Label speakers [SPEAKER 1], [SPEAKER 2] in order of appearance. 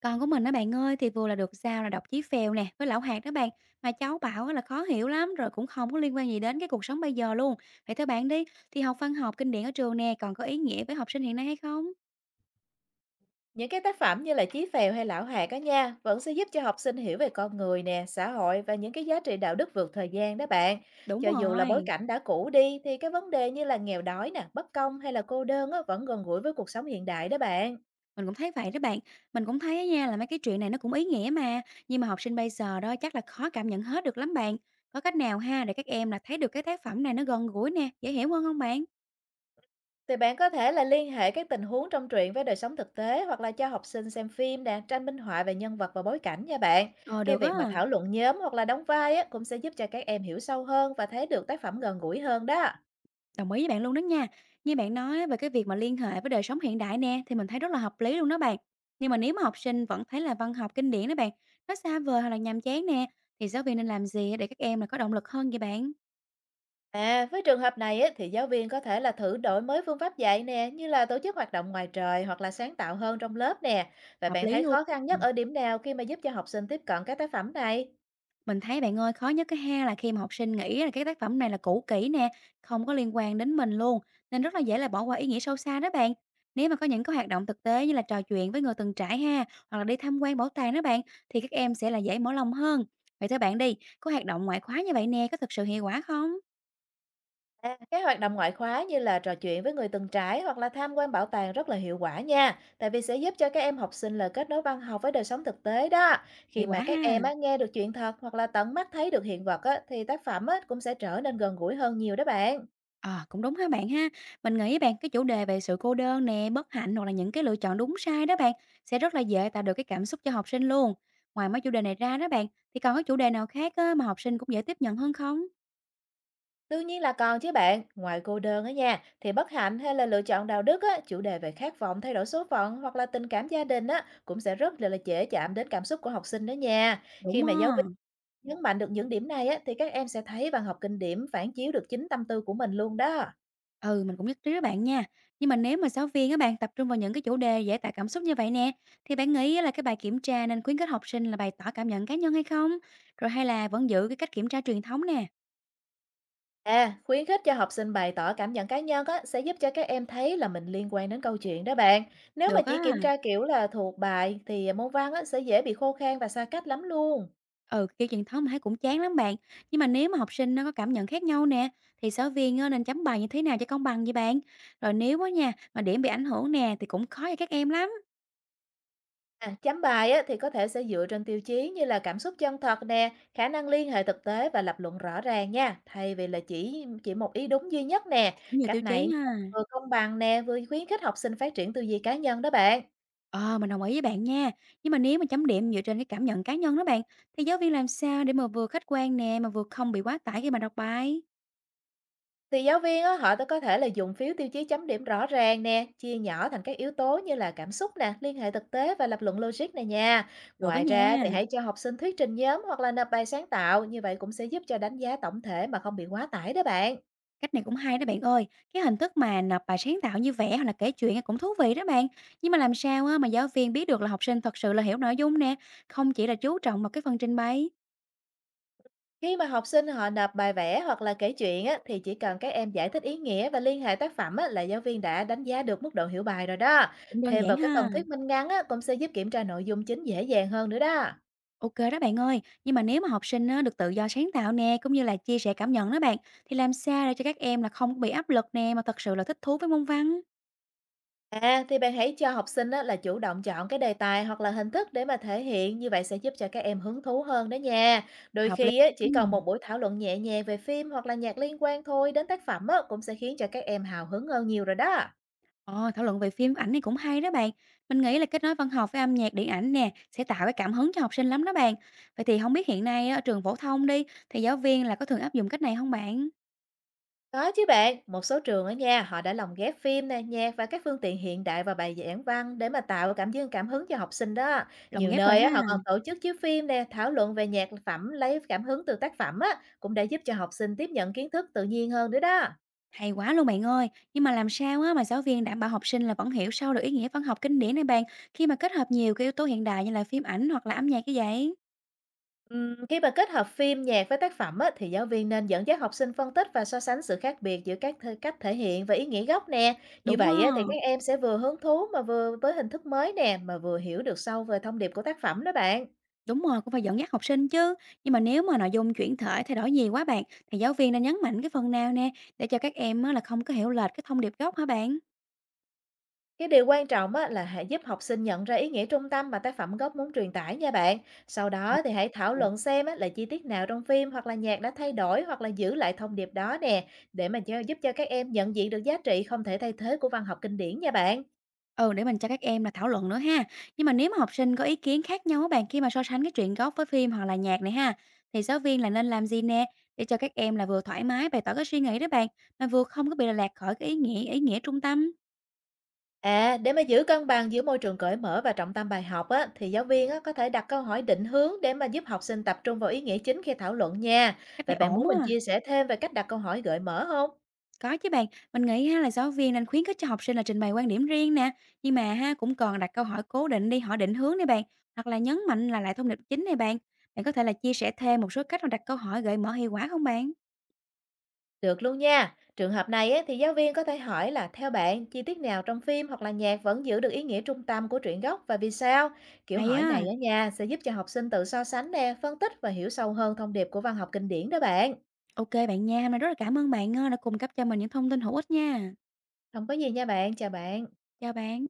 [SPEAKER 1] Con của mình á bạn ơi, thì vừa là được giao là đọc Chí Phèo nè, với Lão Hạt đó bạn, mà cháu bảo á là khó hiểu lắm, rồi cũng không có liên quan gì đến cái cuộc sống bây giờ luôn. Vậy theo bạn đi, thì học văn học kinh điển ở trường nè, còn có ý nghĩa với học sinh hiện nay hay không?
[SPEAKER 2] Những cái tác phẩm như là Chí Phèo hay Lão Hạt á nha, vẫn sẽ giúp cho học sinh hiểu về con người nè, xã hội và những cái giá trị đạo đức vượt thời gian đó bạn.
[SPEAKER 1] Đúng
[SPEAKER 2] Cho dù là bối
[SPEAKER 1] rồi,
[SPEAKER 2] cảnh đã cũ đi thì cái vấn đề như là nghèo đói nè, bất công hay là cô đơn á, vẫn gần gũi với cuộc sống hiện đại đó bạn.
[SPEAKER 1] mình cũng thấy vậy đó bạn. Mình cũng thấy á nha là mấy cái chuyện này nó cũng ý nghĩa mà, nhưng mà học sinh bây giờ đó chắc là khó cảm nhận hết được lắm bạn. Có cách nào ha để các em là thấy được cái tác phẩm này nó gần gũi nè, dễ hiểu hơn không bạn?
[SPEAKER 2] Thì bạn có thể là liên hệ các tình huống trong truyện với đời sống thực tế hoặc là cho học sinh xem phim nè, tranh minh họa về nhân vật và bối cảnh nha bạn.
[SPEAKER 1] Ờ
[SPEAKER 2] Cái
[SPEAKER 1] được á.
[SPEAKER 2] việc mà thảo luận nhóm hoặc là đóng vai á, cũng sẽ giúp cho các em hiểu sâu hơn và thấy được tác phẩm gần gũi hơn đó.
[SPEAKER 1] Đồng ý với bạn luôn đó nha. Như bạn nói về cái việc mà liên hệ với đời sống hiện đại nè thì mình thấy rất là hợp lý luôn đó bạn. Nhưng mà nếu mà học sinh vẫn thấy là văn học kinh điển đó bạn, nó xa vời hoặc là nhàm chán nè thì giáo viên nên làm gì để các em là có động lực hơn vậy bạn?
[SPEAKER 2] À, với trường hợp này ấy, thì giáo viên có thể là thử đổi mới phương pháp dạy nè, như là tổ chức hoạt động ngoài trời hoặc là sáng tạo hơn trong lớp nè. Và
[SPEAKER 1] Hợp
[SPEAKER 2] bạn
[SPEAKER 1] lý
[SPEAKER 2] thấy
[SPEAKER 1] luôn.
[SPEAKER 2] khó khăn nhất ở điểm nào khi mà giúp cho học sinh tiếp cận các tác phẩm này?
[SPEAKER 1] Mình thấy bạn ơi, khó nhất cái ha là khi mà học sinh nghĩ là cái tác phẩm này là cũ kỹ nè, không có liên quan đến mình luôn, nên rất là dễ là bỏ qua ý nghĩa sâu xa đó bạn. Nếu mà có những cái hoạt động thực tế như là trò chuyện với người từng trải ha, hoặc là đi tham quan bảo tàng đó bạn, thì các em sẽ là dễ mở lòng hơn. Vậy theo bạn đi, có hoạt động ngoại khóa như vậy nè, có thực sự hiệu quả không?
[SPEAKER 2] À, các hoạt động ngoại khóa như là trò chuyện với người từng trải hoặc là tham quan bảo tàng rất là hiệu quả nha, tại vì sẽ giúp cho các em học sinh là kết nối văn học với đời sống thực tế đó. Khi
[SPEAKER 1] Hiệu
[SPEAKER 2] mà
[SPEAKER 1] quả
[SPEAKER 2] các em
[SPEAKER 1] ha.
[SPEAKER 2] á, nghe được chuyện thật hoặc là tận mắt thấy được hiện vật á, thì tác phẩm á, cũng sẽ trở nên gần gũi hơn nhiều đó bạn.
[SPEAKER 1] À, cũng đúng ha bạn ha. Mình nghĩ bạn cái chủ đề về sự cô đơn nè, bất hạnh hoặc là những cái lựa chọn đúng sai đó bạn sẽ rất là dễ tạo được cái cảm xúc cho học sinh luôn. Ngoài mấy chủ đề này ra đó bạn thì còn có chủ đề nào khác á, mà học sinh cũng dễ tiếp nhận hơn không?
[SPEAKER 2] Đương nhiên là còn chứ bạn, ngoài cô đơn á nha, thì bất hạnh hay là lựa chọn đạo đức á, chủ đề về khát vọng thay đổi số phận hoặc là tình cảm gia đình á, cũng sẽ rất là dễ chạm đến cảm xúc của học sinh đó nha.
[SPEAKER 1] Đúng
[SPEAKER 2] Khi mà giáo viên
[SPEAKER 1] không?
[SPEAKER 2] nhấn mạnh được những điểm này á, thì các em sẽ thấy văn học kinh điển phản chiếu được chính tâm tư của mình luôn đó.
[SPEAKER 1] Ừ, mình cũng nhất trí với bạn nha. Nhưng mà nếu mà giáo viên các bạn tập trung vào những cái chủ đề dễ tạo cảm xúc như vậy nè, thì bạn nghĩ là cái bài kiểm tra nên khuyến khích học sinh là bày tỏ cảm nhận cá nhân hay không? Rồi hay là vẫn giữ cái cách kiểm tra truyền thống nè?
[SPEAKER 2] À, khuyến khích cho học sinh bày tỏ cảm nhận cá nhân á, sẽ giúp cho các em thấy là mình liên quan đến câu chuyện đó bạn. Nếu mà
[SPEAKER 1] Được
[SPEAKER 2] chỉ
[SPEAKER 1] á.
[SPEAKER 2] kiểm tra kiểu là thuộc bài thì môn văn á, sẽ dễ bị khô khan và xa cách lắm luôn.
[SPEAKER 1] Ừ, kiểu truyền thống mà thấy cũng chán lắm bạn. Nhưng mà nếu mà học sinh nó có cảm nhận khác nhau nè, thì giáo viên nên chấm bài như thế nào cho công bằng vậy bạn? Rồi nếu á nha, mà điểm bị ảnh hưởng nè thì cũng khó cho các em lắm,
[SPEAKER 2] À, chấm bài á, thì có thể sẽ dựa trên tiêu chí như là cảm xúc chân thật nè, khả năng liên hệ thực tế và lập luận rõ ràng nha, thay vì là chỉ một ý đúng duy nhất nè.
[SPEAKER 1] cũng nhiều
[SPEAKER 2] Cách
[SPEAKER 1] tiêu
[SPEAKER 2] này
[SPEAKER 1] chí
[SPEAKER 2] nha,
[SPEAKER 1] ha.
[SPEAKER 2] vừa công bằng nè, vừa khuyến khích học sinh phát triển tư duy cá nhân đó bạn.
[SPEAKER 1] Ờ, mình đồng ý với bạn nha. Nhưng mà nếu mà chấm điểm dựa trên cái cảm nhận cá nhân đó bạn, thì giáo viên làm sao để mà vừa khách quan nè mà vừa không bị quá tải khi mà đọc bài?
[SPEAKER 2] Thì giáo viên á, họ có thể là dùng phiếu tiêu chí chấm điểm rõ ràng nè, chia nhỏ thành các yếu tố như là cảm xúc nè, liên hệ thực tế và lập luận logic này nha.
[SPEAKER 1] Được đó
[SPEAKER 2] Ngoài ra
[SPEAKER 1] nha.
[SPEAKER 2] thì hãy cho học sinh thuyết trình nhóm hoặc là nộp bài sáng tạo, như vậy cũng sẽ giúp cho đánh giá tổng thể mà không bị quá tải đó bạn.
[SPEAKER 1] Cách này cũng hay đó bạn ơi. Cái hình thức mà nộp bài sáng tạo như vẽ hoặc là kể chuyện cũng thú vị đó bạn. Nhưng mà làm sao á, mà giáo viên biết được là học sinh thật sự là hiểu nội dung nè, không chỉ là chú trọng vào cái phần trình bày.
[SPEAKER 2] Khi mà học sinh họ nộp bài vẽ hoặc là kể chuyện á, thì chỉ cần các em giải thích ý nghĩa và liên hệ tác phẩm á, là giáo viên đã đánh giá được mức độ hiểu bài rồi đó.
[SPEAKER 1] Cũng đơn
[SPEAKER 2] Thêm vào
[SPEAKER 1] giản
[SPEAKER 2] cái
[SPEAKER 1] ha.
[SPEAKER 2] phần thuyết minh ngắn á, cũng sẽ giúp kiểm tra nội dung chính dễ dàng hơn nữa đó.
[SPEAKER 1] Ok đó bạn ơi. Nhưng mà nếu mà học sinh á, được tự do sáng tạo nè, cũng như là chia sẻ cảm nhận đó bạn, thì làm sao để cho các em là không có bị áp lực nè, mà thật sự là thích thú với môn văn.
[SPEAKER 2] À, thì bạn hãy cho học sinh á, là chủ động chọn cái đề tài hoặc là hình thức để mà thể hiện, như vậy sẽ giúp cho các em hứng thú hơn đó nha. Đôi
[SPEAKER 1] Hợp lý.
[SPEAKER 2] khi á, chỉ
[SPEAKER 1] Ừ.
[SPEAKER 2] cần một buổi thảo luận nhẹ nhàng về phim hoặc là nhạc liên quan thôi đến tác phẩm á, cũng sẽ khiến cho các em hào hứng hơn nhiều rồi đó.
[SPEAKER 1] Ờ, thảo luận về phim ảnh này cũng hay đó bạn. Mình nghĩ là kết nối văn học với âm nhạc, điện ảnh nè sẽ tạo cái cảm hứng cho học sinh lắm đó bạn. Vậy thì không biết hiện nay á, ở trường phổ thông đi thì giáo viên là có thường áp dụng cách này không bạn?
[SPEAKER 2] Có chứ bạn, một số trường ở nha, họ đã lồng ghép phim nè, nhạc và các phương tiện hiện đại vào bài giảng văn để mà tạo cảm giác cảm hứng cho học sinh đó.
[SPEAKER 1] Lồng
[SPEAKER 2] Nhiều
[SPEAKER 1] ghép rồi
[SPEAKER 2] nơi á,
[SPEAKER 1] ha.
[SPEAKER 2] họ còn tổ chức chiếu phim nè, thảo luận về nhạc phẩm lấy cảm hứng từ tác phẩm á, cũng để giúp cho học sinh tiếp nhận kiến thức tự nhiên hơn nữa đó.
[SPEAKER 1] Hay quá luôn bạn ơi. Nhưng mà làm sao á mà giáo viên đảm bảo học sinh là vẫn hiểu sâu được ý nghĩa văn học kinh điển này bạn khi mà kết hợp nhiều cái yếu tố hiện đại như là phim ảnh hoặc là âm nhạc như vậy?
[SPEAKER 2] Khi mà kết hợp phim nhạc với tác phẩm á, thì giáo viên nên dẫn dắt học sinh phân tích và so sánh sự khác biệt giữa cách thể hiện và ý nghĩa gốc nè. Như
[SPEAKER 1] Đúng á.
[SPEAKER 2] vậy á, thì các em sẽ vừa hứng thú mà vừa với hình thức mới nè, mà vừa hiểu được sâu về thông điệp của tác phẩm đó bạn.
[SPEAKER 1] Đúng rồi, cũng phải dẫn dắt học sinh chứ. Nhưng mà nếu mà nội dung chuyển thể thay đổi nhiều quá bạn, thì giáo viên nên nhấn mạnh cái phần nào nè, để cho các em á, là không có hiểu lệch cái thông điệp gốc hả bạn?
[SPEAKER 2] Cái điều quan trọng á, là hãy giúp học sinh nhận ra ý nghĩa trung tâm mà tác phẩm gốc muốn truyền tải nha bạn. Sau
[SPEAKER 1] Ồ.
[SPEAKER 2] đó thì hãy thảo luận xem á, là chi tiết nào trong phim hoặc là nhạc đã thay đổi hoặc là giữ lại thông điệp đó nè, để mà giúp cho các em nhận diện được giá trị không thể thay thế của văn học kinh điển nha bạn.
[SPEAKER 1] Ừ, để mình cho các em là thảo luận nữa ha. Nhưng mà nếu mà học sinh có ý kiến khác nhau á bạn khi mà so sánh cái truyện gốc với phim hoặc là nhạc này ha, thì giáo viên là nên làm gì nè để cho các em là vừa thoải mái bày tỏ cái suy nghĩ đó bạn, mà vừa không có bị là lạc khỏi cái ý nghĩa trung tâm.
[SPEAKER 2] À, để mà giữ cân bằng giữa môi trường cởi mở và trọng tâm bài học á, thì giáo viên á, có thể đặt câu hỏi định hướng để mà giúp học sinh tập trung vào ý nghĩa chính khi thảo luận nha.
[SPEAKER 1] Cách
[SPEAKER 2] Vậy
[SPEAKER 1] này
[SPEAKER 2] bạn
[SPEAKER 1] ổn
[SPEAKER 2] muốn
[SPEAKER 1] quá
[SPEAKER 2] mình
[SPEAKER 1] à.
[SPEAKER 2] chia sẻ thêm về cách đặt câu hỏi gợi mở không?
[SPEAKER 1] Có chứ bạn, mình nghĩ ha là giáo viên nên khuyến khích cho học sinh là trình bày quan điểm riêng nè, nhưng mà ha cũng còn đặt câu hỏi cố định đi, hỏi định hướng này bạn, hoặc là nhấn mạnh là lại thông điệp chính này bạn. Bạn có thể là chia sẻ thêm một số cách mà đặt câu hỏi gợi mở hiệu quả không bạn?
[SPEAKER 2] Được luôn nha. Trường hợp này ấy, thì giáo viên có thể hỏi là theo bạn chi tiết nào trong phim hoặc là nhạc vẫn giữ được ý nghĩa trung tâm của truyện gốc và vì sao? Kiểu
[SPEAKER 1] Hay
[SPEAKER 2] hỏi
[SPEAKER 1] á,
[SPEAKER 2] này ở nhà sẽ giúp cho học sinh tự so sánh nè, phân tích và hiểu sâu hơn thông điệp của văn học kinh điển đó bạn.
[SPEAKER 1] ok bạn nha, hôm nay rất là cảm ơn bạn đã cung cấp cho mình những thông tin hữu ích nha.
[SPEAKER 2] Không có gì nha bạn, chào bạn.
[SPEAKER 1] Chào bạn.